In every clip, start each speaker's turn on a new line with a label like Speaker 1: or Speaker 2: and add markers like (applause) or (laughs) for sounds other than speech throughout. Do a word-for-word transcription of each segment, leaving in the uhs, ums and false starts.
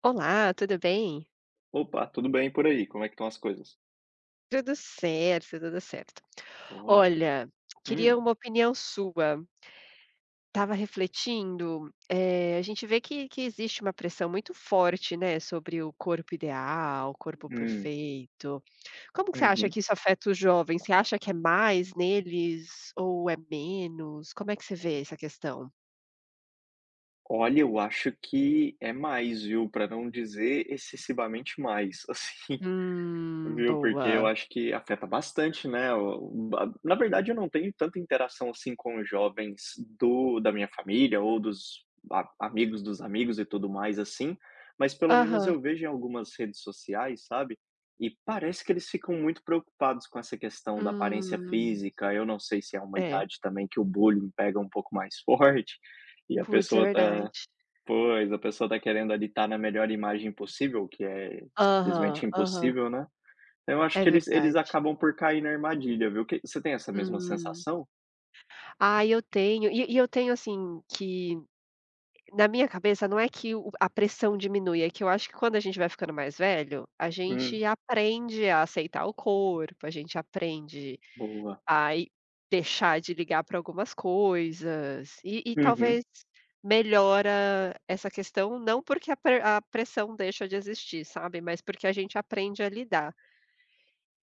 Speaker 1: Olá, tudo bem?
Speaker 2: Opa, tudo bem por aí? Como é que estão as coisas?
Speaker 1: Tudo certo, tudo certo.
Speaker 2: Boa.
Speaker 1: Olha, queria
Speaker 2: Hum,
Speaker 1: uma opinião sua. Estava refletindo, eh, a gente vê que que existe uma pressão muito forte, né, sobre o corpo ideal, o corpo
Speaker 2: hum,
Speaker 1: perfeito. Como que você acha
Speaker 2: uhum.
Speaker 1: que isso afeta os jovens? Você acha que é mais neles ou é menos? Como é que você vê essa questão?
Speaker 2: Olha, eu acho que é mais, viu? Para não dizer excessivamente mais, (laughs) assim.
Speaker 1: Hum,
Speaker 2: Viu, porque eu
Speaker 1: boa.
Speaker 2: acho que afeta bastante, né, o ba na verdade eu não tenho tanta interação, assim, com os jovens do da minha família ou dos a amigos dos amigos e tudo mais, assim, mas pelo menos
Speaker 1: Aham.
Speaker 2: eu vejo em algumas redes sociais, sabe, e parece que eles ficam muito preocupados com essa questão da aparência
Speaker 1: Hum,
Speaker 2: física, eu não sei se é uma
Speaker 1: é.
Speaker 2: idade também que o bullying pega um pouco mais (laughs) forte, e a
Speaker 1: Putz, é
Speaker 2: pessoa
Speaker 1: verdade.
Speaker 2: tá pois, a pessoa tá querendo ali estar na melhor imagem possível, o que é
Speaker 1: Aham,
Speaker 2: simplesmente
Speaker 1: aham.
Speaker 2: impossível, né, eu acho
Speaker 1: É
Speaker 2: que eles eles
Speaker 1: verdade.
Speaker 2: acabam por cair na armadilha, viu, que você tem essa mesma
Speaker 1: Hum.
Speaker 2: sensação?
Speaker 1: Ah, eu tenho e e eu tenho, assim, que na minha cabeça não é que o a pressão diminui, é que eu acho que quando a gente vai ficando mais velho, a gente
Speaker 2: Hum,
Speaker 1: aprende a aceitar o corpo, a gente aprende
Speaker 2: boa.
Speaker 1: a ir deixar de ligar para algumas coisas, e e
Speaker 2: Uhum.
Speaker 1: talvez melhora essa questão, não porque a pre a pressão deixa de existir, sabe, mas porque a gente aprende a lidar.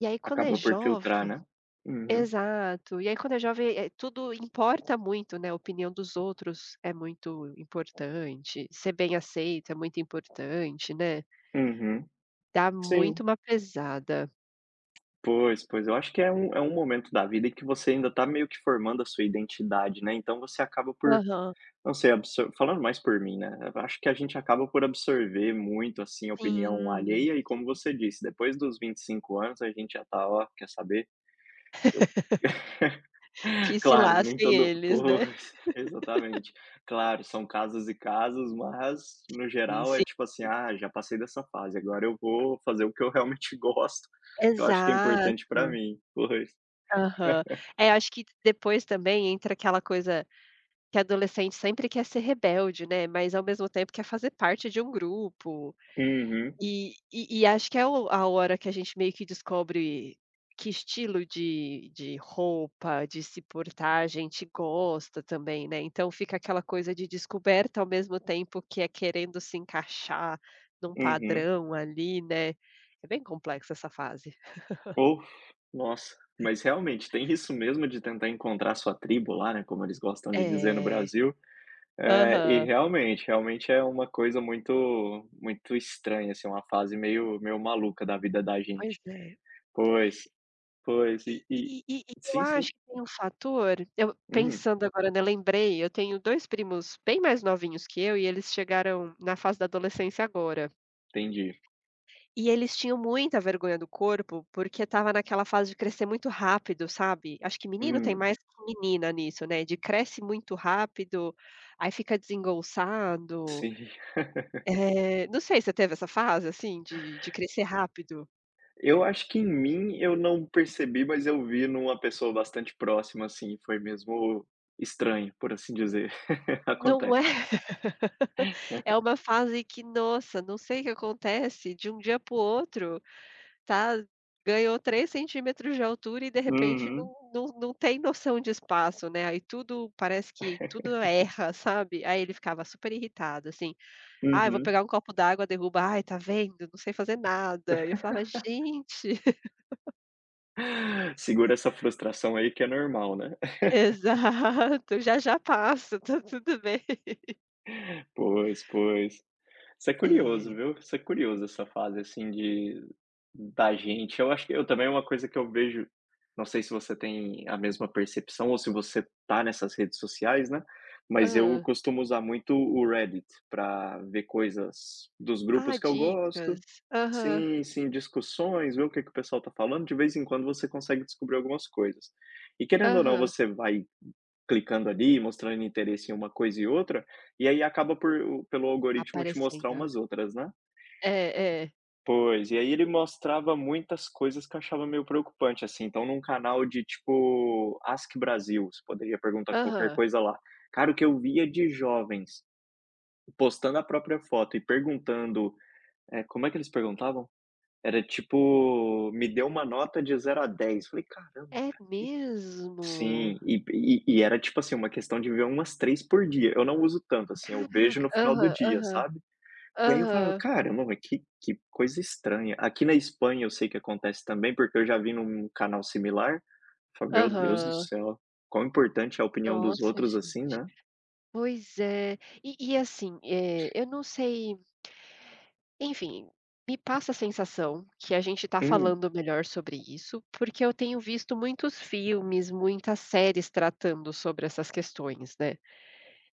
Speaker 1: E aí quando é
Speaker 2: Acaba por filtrar,
Speaker 1: jovem.
Speaker 2: né. Uhum,
Speaker 1: Exato. E aí quando é jovem, eh, tudo importa muito, né, a opinião dos outros é muito importante, ser bem aceito é muito importante, né.
Speaker 2: uhum.
Speaker 1: Dá muito
Speaker 2: Sim.
Speaker 1: uma pesada.
Speaker 2: Pois, pois, eu acho que é um é um momento da vida em que você ainda tá meio que formando a sua identidade, né, então você acaba por,
Speaker 1: Aham.
Speaker 2: não sei, absor falando mais por mim, né, eu acho que a gente acaba por absorver muito, assim, a opinião
Speaker 1: Sim.
Speaker 2: alheia e como você disse, depois dos vinte e cinco anos a gente já tá: "Ó, quer saber?".
Speaker 1: Que se
Speaker 2: Claro, nem
Speaker 1: lasquem
Speaker 2: todo
Speaker 1: eles, né.
Speaker 2: pois, (laughs) exatamente. Claro, são casos e casos, mas no
Speaker 1: Sim,
Speaker 2: geral
Speaker 1: sim.
Speaker 2: é tipo assim: "Ah, já passei dessa fase, agora eu vou fazer o que eu realmente (laughs) gosto, que eu acho que é importante pra
Speaker 1: Exato.
Speaker 2: mim". Pois.
Speaker 1: Aham. É, acho que depois também entra aquela coisa que adolescente sempre quer ser rebelde, né, mas ao mesmo tempo quer fazer parte de um grupo.
Speaker 2: Uhum,
Speaker 1: E e e acho que é o a hora que a gente meio que descobre que estilo de de roupa, de se portar, a gente gosta também, né, então fica aquela coisa de descoberta, ao mesmo tempo que é querendo se encaixar num
Speaker 2: uhum.
Speaker 1: padrão ali, né. É bem complexa essa fase.
Speaker 2: Uf, nossa, mas realmente tem isso mesmo de tentar encontrar sua tribo lá, né, como eles gostam de dizer no
Speaker 1: É.
Speaker 2: Brasil, eh, e
Speaker 1: Aham.
Speaker 2: realmente, realmente é uma coisa muito muito estranha, assim, uma fase meio meio maluca da vida da
Speaker 1: Pois
Speaker 2: gente.
Speaker 1: é.
Speaker 2: Pois. Pois,
Speaker 1: E
Speaker 2: e e
Speaker 1: e e e eu
Speaker 2: sim, sim.
Speaker 1: acho que tem um fator, eu
Speaker 2: Hum,
Speaker 1: pensando agora, né, lembrei, eu tenho dois primos bem mais novinhos que eu e eles chegaram na fase da adolescência agora.
Speaker 2: entendi.
Speaker 1: E eles tinham muita vergonha do corpo, porque estava naquela fase de crescer muito rápido, sabe. Acho que menino tem
Speaker 2: Hum,
Speaker 1: mais que menina nisso, né, de cresce muito rápido, aí fica desengolçado.
Speaker 2: sim.
Speaker 1: Eh, não sei, você teve essa fase, assim, de de crescer rápido?
Speaker 2: Eu acho que em mim eu não percebi, mas eu vi numa pessoa bastante próxima, assim, foi mesmo estranho, por assim dizer. (laughs)
Speaker 1: Não
Speaker 2: Acontece.
Speaker 1: é? É uma fase que, nossa, não sei o que acontece, de um dia para o outro, tá, ganhou três centímetros de altura e de repente
Speaker 2: Uhum,
Speaker 1: não não não tem noção de espaço, né, aí tudo parece que tudo erra, sabe. Aí ele ficava super irritado, assim: "Ai, vou
Speaker 2: uhum.
Speaker 1: pegar um copo d'água, derruba. Ai, tá vendo, não sei fazer nada". E eu falava: "Gente".
Speaker 2: Segura essa frustração aí que é normal, né? (laughs)
Speaker 1: (laughs) Exato. "Já, já passa, tá tudo bem".
Speaker 2: Pois, pois. Isso é curioso,
Speaker 1: É.
Speaker 2: viu. Isso é curioso, essa fase, assim, de da gente. Eu acho que eu também é uma coisa que eu vejo, não sei se você tem a mesma percepção ou se você tá nessas redes sociais, né, mas eu
Speaker 1: Hã.
Speaker 2: costumo usar muito o Reddit para ver coisas dos
Speaker 1: Ah,
Speaker 2: grupos que eu
Speaker 1: dicas.
Speaker 2: gosto.
Speaker 1: Aham,
Speaker 2: Sim, sim, discussões, ver o que que o pessoal tá falando, de vez em quando você consegue descobrir algumas coisas. E querendo ou não,
Speaker 1: aham.
Speaker 2: você vai clicando ali, mostrando interesse em uma coisa e outra, e aí acaba por o pelo algoritmo te mostrar
Speaker 1: Aparecendo.
Speaker 2: umas outras, né.
Speaker 1: É, é.
Speaker 2: Pois, e aí ele mostrava muitas coisas que eu achava meio preocupante, assim, então num canal de tipo Ask Brasil, você poderia perguntar qualquer
Speaker 1: Aham.
Speaker 2: coisa lá. Cara, o que eu via de jovens postando a própria foto e perguntando, eh, como é que eles perguntavam? Era tipo, me deu uma nota de zero a dez falei: "Caramba,
Speaker 1: É
Speaker 2: cara, que"
Speaker 1: mesmo?
Speaker 2: sim, e e e era tipo assim, uma questão de ver umas três por dia, eu não uso tanto, assim, eu vejo
Speaker 1: Caraca.
Speaker 2: no final do
Speaker 1: Aham,
Speaker 2: dia,
Speaker 1: aham,
Speaker 2: sabe. E aí eu falava:
Speaker 1: aham,
Speaker 2: "Caramba, mas que que coisa estranha". Aqui na Espanha eu sei que acontece também, porque eu já vi num canal similar, falei: "Meu Deus do
Speaker 1: aham.
Speaker 2: céu, quão importante é a opinião dos
Speaker 1: Nossa,
Speaker 2: outros assim,
Speaker 1: gente.
Speaker 2: né".
Speaker 1: Pois é. E e assim, eh, eu não sei, enfim, me passa a sensação que a gente está
Speaker 2: Hum,
Speaker 1: falando melhor sobre isso, porque eu tenho visto muitos filmes, muitas séries tratando sobre essas questões, né.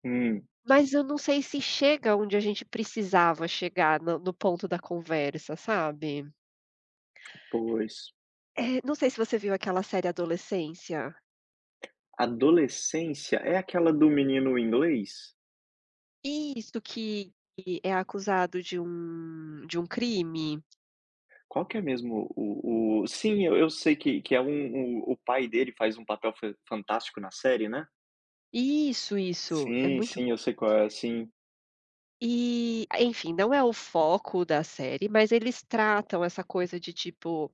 Speaker 2: hum,
Speaker 1: Mas eu não sei se chega onde a gente precisava chegar no no ponto da conversa, sabe.
Speaker 2: pois.
Speaker 1: Eh, não sei se você viu aquela série Adolescência.
Speaker 2: Adolescência é aquela do menino inglês?
Speaker 1: Isso, que que é acusado de um de um crime.
Speaker 2: Qual que é mesmo o o? Sim, eu eu sei que que é um o o pai dele faz um papel fan fantástico na série, né?
Speaker 1: Isso, isso, é
Speaker 2: Sim,
Speaker 1: muito
Speaker 2: sim,
Speaker 1: bom.
Speaker 2: eu sei qual é, sim.
Speaker 1: E, enfim, não é o foco da série, mas eles tratam essa coisa de tipo,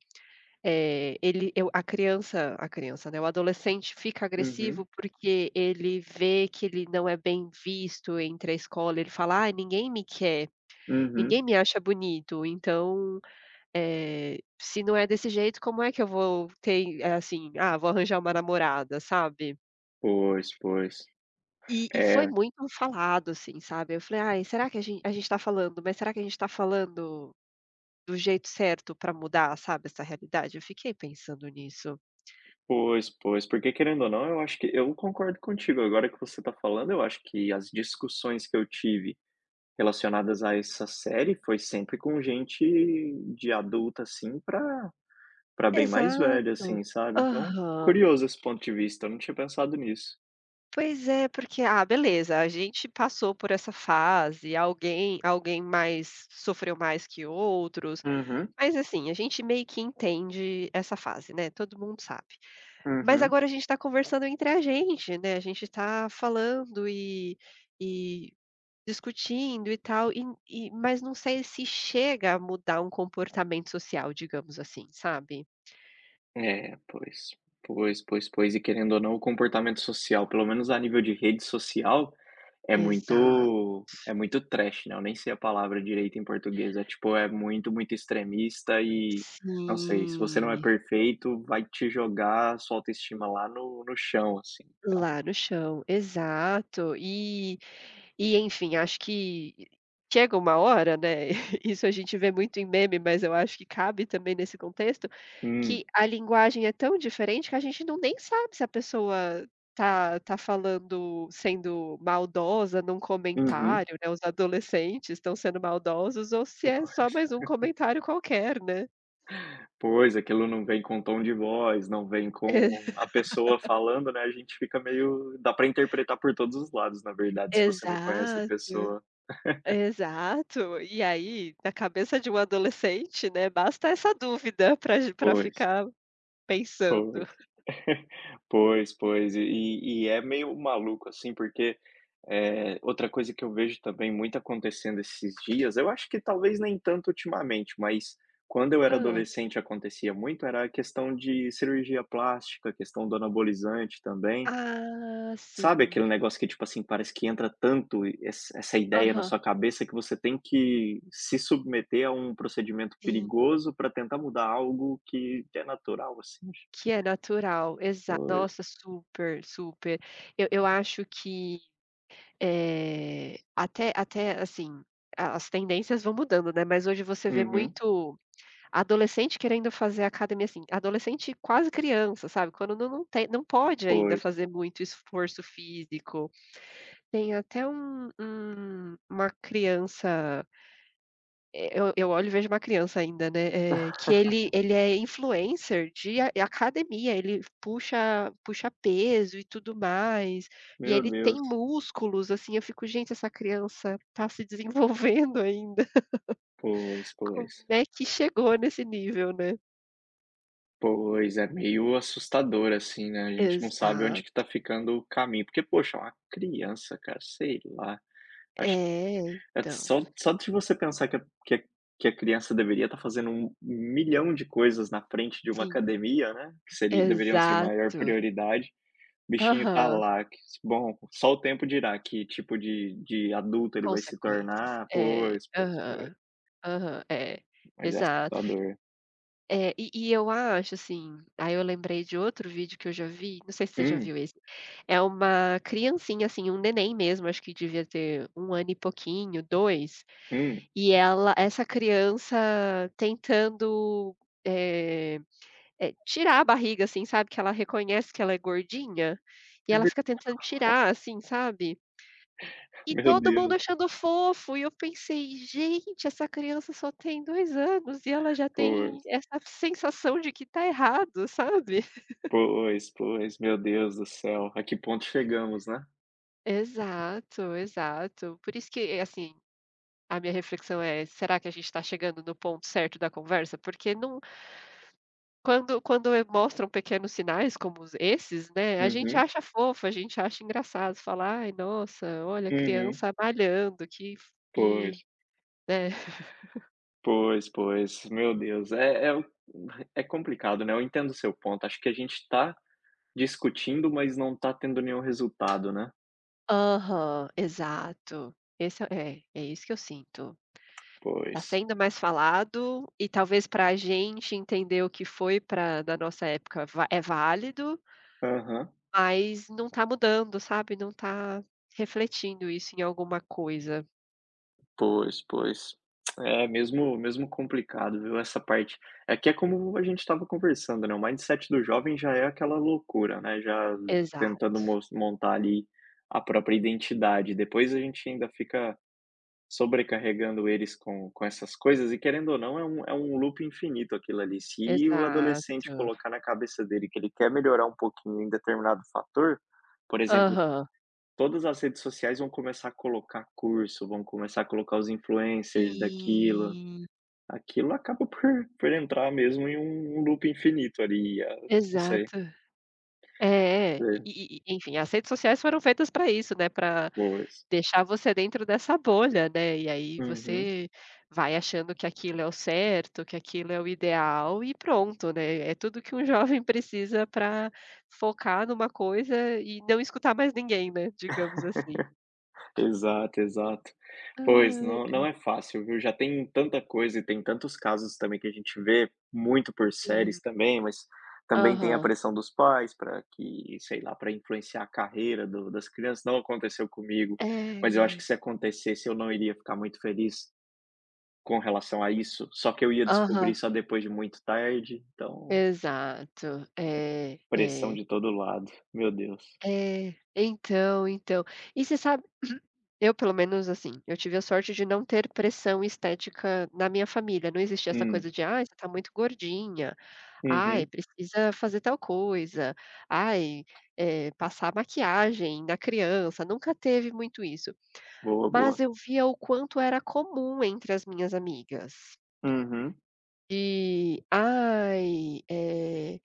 Speaker 1: eh, ele eu a criança a criança, né, o adolescente fica agressivo
Speaker 2: Uhum,
Speaker 1: porque ele vê que ele não é bem visto entre a escola, ele fala: "Ai, ninguém me quer, ninguém
Speaker 2: uhum.
Speaker 1: me acha bonito, então. Eh, se não é desse jeito, como é que eu vou ter, eh, assim, ah, vou arranjar uma namorada, sabe".
Speaker 2: Pois, pois.
Speaker 1: E e foi
Speaker 2: É,
Speaker 1: muito um falado, assim, sabe. Eu falei: "Ai, será que a gente a gente tá falando, mas será que a gente tá falando do jeito certo pra mudar, sabe, essa realidade?" Eu fiquei pensando nisso.
Speaker 2: pois, pois, porque querendo ou não, eu acho que eu concordo contigo, agora que você tá falando, eu acho que as discussões que eu tive relacionadas a essa série foi sempre com gente de adulta, assim, pra pra bem mais velha,
Speaker 1: Exato.
Speaker 2: assim, sabe? Então,
Speaker 1: Aham.
Speaker 2: curioso esse ponto de vista, eu não tinha pensado nisso.
Speaker 1: Pois é, porque, ah, beleza, a gente passou por essa fase, alguém alguém mais sofreu mais que outros.
Speaker 2: Uhum.
Speaker 1: Mas assim, a gente meio que entende essa fase, né, todo mundo sabe. Mas
Speaker 2: Uhum.
Speaker 1: agora a gente está conversando entre a gente, né, a gente está falando e e discutindo e tal, e e mas não sei se chega a mudar um comportamento social, digamos assim, sabe.
Speaker 2: É, pois. Pois, pois, pois. E querendo ou não, o comportamento social, pelo menos a nível de rede social, é
Speaker 1: Exato.
Speaker 2: muito é muito trash, né, eu nem sei a palavra direito em português, é tipo, é muito, muito extremista e, não sei, se você não é
Speaker 1: Sim.
Speaker 2: perfeito, vai te jogar a sua autoestima lá no no chão, assim.
Speaker 1: Lá no chão, exato. E e enfim, acho que chega uma hora, né, (laughs) isso a gente vê muito em meme, mas eu acho que cabe também nesse contexto,
Speaker 2: Hum.
Speaker 1: que a linguagem é tão diferente que a gente não nem sabe se a pessoa tá tá falando sendo maldosa num
Speaker 2: Uhum.
Speaker 1: comentário, né, os adolescentes estão sendo maldosos ou se é só
Speaker 2: Pois.
Speaker 1: mais um comentário qualquer, né.
Speaker 2: Pois, aquilo não vem com tom de voz, não vem com
Speaker 1: (laughs)
Speaker 2: a pessoa falando, né, a gente fica meio dá pra interpretar por todos os lados, na verdade, se você não conhece a
Speaker 1: Exato.
Speaker 2: pessoa.
Speaker 1: Exato. E aí, na cabeça de um adolescente, né, basta essa dúvida para para
Speaker 2: Pois,
Speaker 1: ficar pensando.
Speaker 2: pois. (laughs) Pois, pois. E e é meio maluco, assim, porque, é outra coisa que eu vejo também muito acontecendo esses dias, eu acho que talvez nem tanto ultimamente, mas quando eu era
Speaker 1: Hã.
Speaker 2: adolescente acontecia muito, era a questão de cirurgia plástica, questão do anabolizante também.
Speaker 1: Ah,
Speaker 2: Sabe aquele
Speaker 1: sim.
Speaker 2: negócio que, tipo assim, parece que entra tanto essa essa ideia na
Speaker 1: Aham.
Speaker 2: sua cabeça que você tem que se submeter a um procedimento
Speaker 1: Sim,
Speaker 2: perigoso para tentar mudar algo que é natural, assim?
Speaker 1: que é natural, exa
Speaker 2: Pois.
Speaker 1: nossa, super, super. Eu eu acho que, eh, até até, assim, a as tendências vão mudando, né, mas hoje você vê
Speaker 2: Uhum.
Speaker 1: muito adolescente querendo fazer academia, assim, adolescente quase criança, sabe, quando não não tem, não pode ainda
Speaker 2: Pois.
Speaker 1: fazer muito esforço físico. Tem até um um uma criança, eh, eu eu olho e vejo uma criança ainda, né, eh, que ele ele é influencer de a academia, ele puxa puxa peso e tudo mais, e
Speaker 2: Meu
Speaker 1: ele tem
Speaker 2: Deus.
Speaker 1: músculos, assim, eu fico: "Gente, essa criança tá se desenvolvendo ainda,
Speaker 2: Pois,
Speaker 1: (laughs) como
Speaker 2: pois.
Speaker 1: é que chegou nesse nível, né?"
Speaker 2: Pois, é meio assustador, assim, né, a gente não sabe onde que
Speaker 1: Exato.
Speaker 2: tá ficando o caminho, porque, poxa, uma criança, cara, sei lá, acho.
Speaker 1: É,
Speaker 2: É
Speaker 1: então.
Speaker 2: só só de você pensar que a que a que a criança deveria estar fazendo um milhão de coisas na frente de uma
Speaker 1: Sim,
Speaker 2: academia, né, que seria deveriam ser maior
Speaker 1: exato.
Speaker 2: prioridade, o bichinho tá
Speaker 1: Aham.
Speaker 2: lá, que bom, só o tempo dirá que tipo de de adulto ele vai se
Speaker 1: Consequências.
Speaker 2: tornar.
Speaker 1: É,
Speaker 2: Pois, pois, pois,
Speaker 1: aham. Aham, é,
Speaker 2: mas é
Speaker 1: exato.
Speaker 2: assustador.
Speaker 1: É, e e eu acho, assim, aí eu lembrei de outro vídeo que eu já vi, não sei se você já
Speaker 2: Hum,
Speaker 1: viu esse, é uma criancinha, assim, um neném mesmo, acho que devia ter um ano e pouquinho, dois,
Speaker 2: hum.
Speaker 1: e ela, essa criança tentando, eh eh, tirar a barriga, assim, sabe, que ela reconhece que ela é gordinha, e ela fica tentando tirar, assim, sabe.
Speaker 2: (laughs)
Speaker 1: E
Speaker 2: Meu
Speaker 1: todo mundo
Speaker 2: Deus,
Speaker 1: achando fofo, e eu pensei: "Gente, essa criança só tem dois anos e ela já tem
Speaker 2: pois,
Speaker 1: essa sensação de que tá errado", sabe?
Speaker 2: pois, pois, meu Deus do céu, a que ponto chegamos, né.
Speaker 1: Exato, exato. Por isso que, assim, a minha reflexão é: será que a gente está chegando no ponto certo da conversa? Porque não, quando quando eu- mostram pequenos sinais como os esses, né, a gente
Speaker 2: Uhum,
Speaker 1: acha fofo, a gente acha engraçado, falar "Ai, nossa, olha,
Speaker 2: uhum,
Speaker 1: criança malhando, que f que",
Speaker 2: pois.
Speaker 1: né?
Speaker 2: Pois, pois. Meu Deus, é é o é complicado, né, eu entendo o seu ponto, acho que a gente tá discutindo, mas não tá tendo nenhum resultado, né.
Speaker 1: Aham, exato. Esse é é é isso que eu sinto. Tá
Speaker 2: Pois.
Speaker 1: sendo mais falado e talvez para a gente entender o que foi para da nossa época va é válido,
Speaker 2: Aham.
Speaker 1: mas não tá mudando, sabe, não tá refletindo isso em alguma coisa.
Speaker 2: Pois, pois. É mesmo mesmo complicado, viu, essa parte. É que é como a gente estava conversando, né, o mindset do jovem já é aquela loucura, né, já
Speaker 1: Exato.
Speaker 2: tentando mos montar ali a própria identidade, depois a gente ainda fica sobrecarregando eles com com essas coisas e querendo ou não é um é um loop infinito aquilo ali, se o adolescente
Speaker 1: Exato.
Speaker 2: colocar na cabeça dele que ele quer melhorar um pouquinho em determinado fator, por exemplo,
Speaker 1: Aham.
Speaker 2: todas as redes sociais vão começar a colocar curso, vão começar a colocar os influencers daquilo,
Speaker 1: Sim,
Speaker 2: aquilo acaba por por entrar mesmo em um um loop infinito ali, ah, não sei,
Speaker 1: exato. É, é, é. E
Speaker 2: sei,
Speaker 1: e e enfim, as redes sociais foram feitas para isso, né, para
Speaker 2: boas.
Speaker 1: deixar você dentro dessa bolha, né, e aí
Speaker 2: Uhum.
Speaker 1: você vai achando que aquilo é o certo, que aquilo é o ideal e pronto, né, é tudo que um (laughs) jovem precisa para focar numa coisa e não escutar mais ninguém, né, digamos assim.
Speaker 2: Exato, exato. Pois,
Speaker 1: Ai,
Speaker 2: não não é fácil, viu. Já tem tanta coisa e tem tantos casos também que a gente vê, muito por
Speaker 1: sim.
Speaker 2: séries também, mas também tem a
Speaker 1: Aham.
Speaker 2: pressão dos pais para que, sei lá, para influenciar a carreira do das crianças. Não aconteceu comigo, mas eu acho
Speaker 1: É.
Speaker 2: que se acontecesse eu não iria ficar muito feliz com relação a isso, só que eu ia
Speaker 1: Aham.
Speaker 2: descobrir só depois de muito tarde, então
Speaker 1: Exato. É,
Speaker 2: pressão
Speaker 1: é.
Speaker 2: de todo lado. Meu Deus.
Speaker 1: É, então, então. E você sabe, (clears throat) eu pelo menos assim, eu tive a sorte de não ter pressão estética na minha família, não existia essa
Speaker 2: Hum.
Speaker 1: coisa de: "Ai, você tá muito gordinha. Ai,
Speaker 2: Uhum.
Speaker 1: precisa fazer tal coisa. Ai, eh, passar maquiagem na criança", nunca teve muito isso.
Speaker 2: Boa,
Speaker 1: Mas
Speaker 2: boa.
Speaker 1: eu via o quanto era comum entre as minhas amigas.
Speaker 2: Uhum.
Speaker 1: E: "Ai, eh,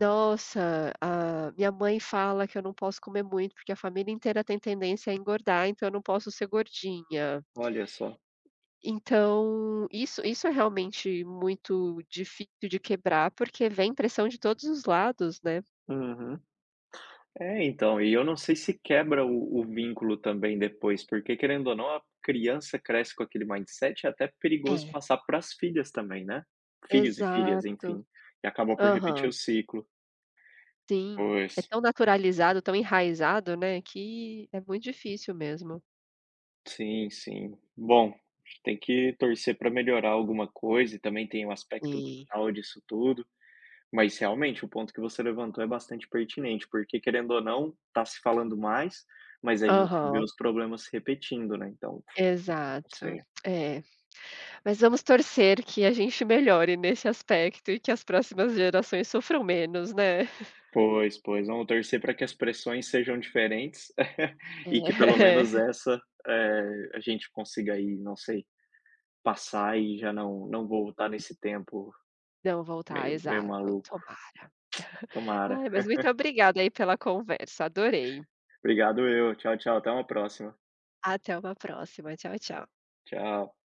Speaker 1: nossa, a minha mãe fala que eu não posso comer muito, porque a família inteira tem tendência a engordar, então eu não posso ser gordinha.
Speaker 2: Olha só.
Speaker 1: Então, isso isso é realmente muito difícil de quebrar, porque vem pressão de todos os lados, né.
Speaker 2: Uhum. É, então, e eu não sei se quebra o o vínculo também depois, porque querendo ou não, a criança cresce com aquele mindset, é até perigoso
Speaker 1: É.
Speaker 2: passar para as filhas também, né. Filhos e filhas,
Speaker 1: Exato.
Speaker 2: enfim, e acaba por repetir
Speaker 1: Aham.
Speaker 2: o ciclo.
Speaker 1: Sim.
Speaker 2: Pois.
Speaker 1: É tão naturalizado, tão enraizado, né, que é muito difícil mesmo.
Speaker 2: Sim, sim. Bom, tem que torcer para melhorar alguma coisa e também tem o aspecto
Speaker 1: Sim.
Speaker 2: mental disso tudo, mas realmente o ponto que você levantou é bastante pertinente, porque querendo ou não, tá se falando mais, mas a gente vê
Speaker 1: Aham.
Speaker 2: os problemas se repetindo, né, então, não
Speaker 1: Exato.
Speaker 2: sei.
Speaker 1: É. Mas vamos torcer que a gente melhore nesse aspecto e que as próximas gerações sofram menos, né.
Speaker 2: Pois, pois, vamos torcer para que as pressões sejam diferentes (laughs) e
Speaker 1: É.
Speaker 2: que pelo menos
Speaker 1: (laughs)
Speaker 2: essa, eh, a gente consiga aí, não sei, passar e já não não voltar nesse tempo
Speaker 1: Não voltar,
Speaker 2: meio meio
Speaker 1: exato,
Speaker 2: maluco.
Speaker 1: tomara.
Speaker 2: Tomara.
Speaker 1: Ai, mas muito obrigada aí pela conversa, adorei.
Speaker 2: Obrigado eu. Tchau, tchau, até uma próxima.
Speaker 1: Até uma próxima, tchau, tchau.
Speaker 2: Tchau.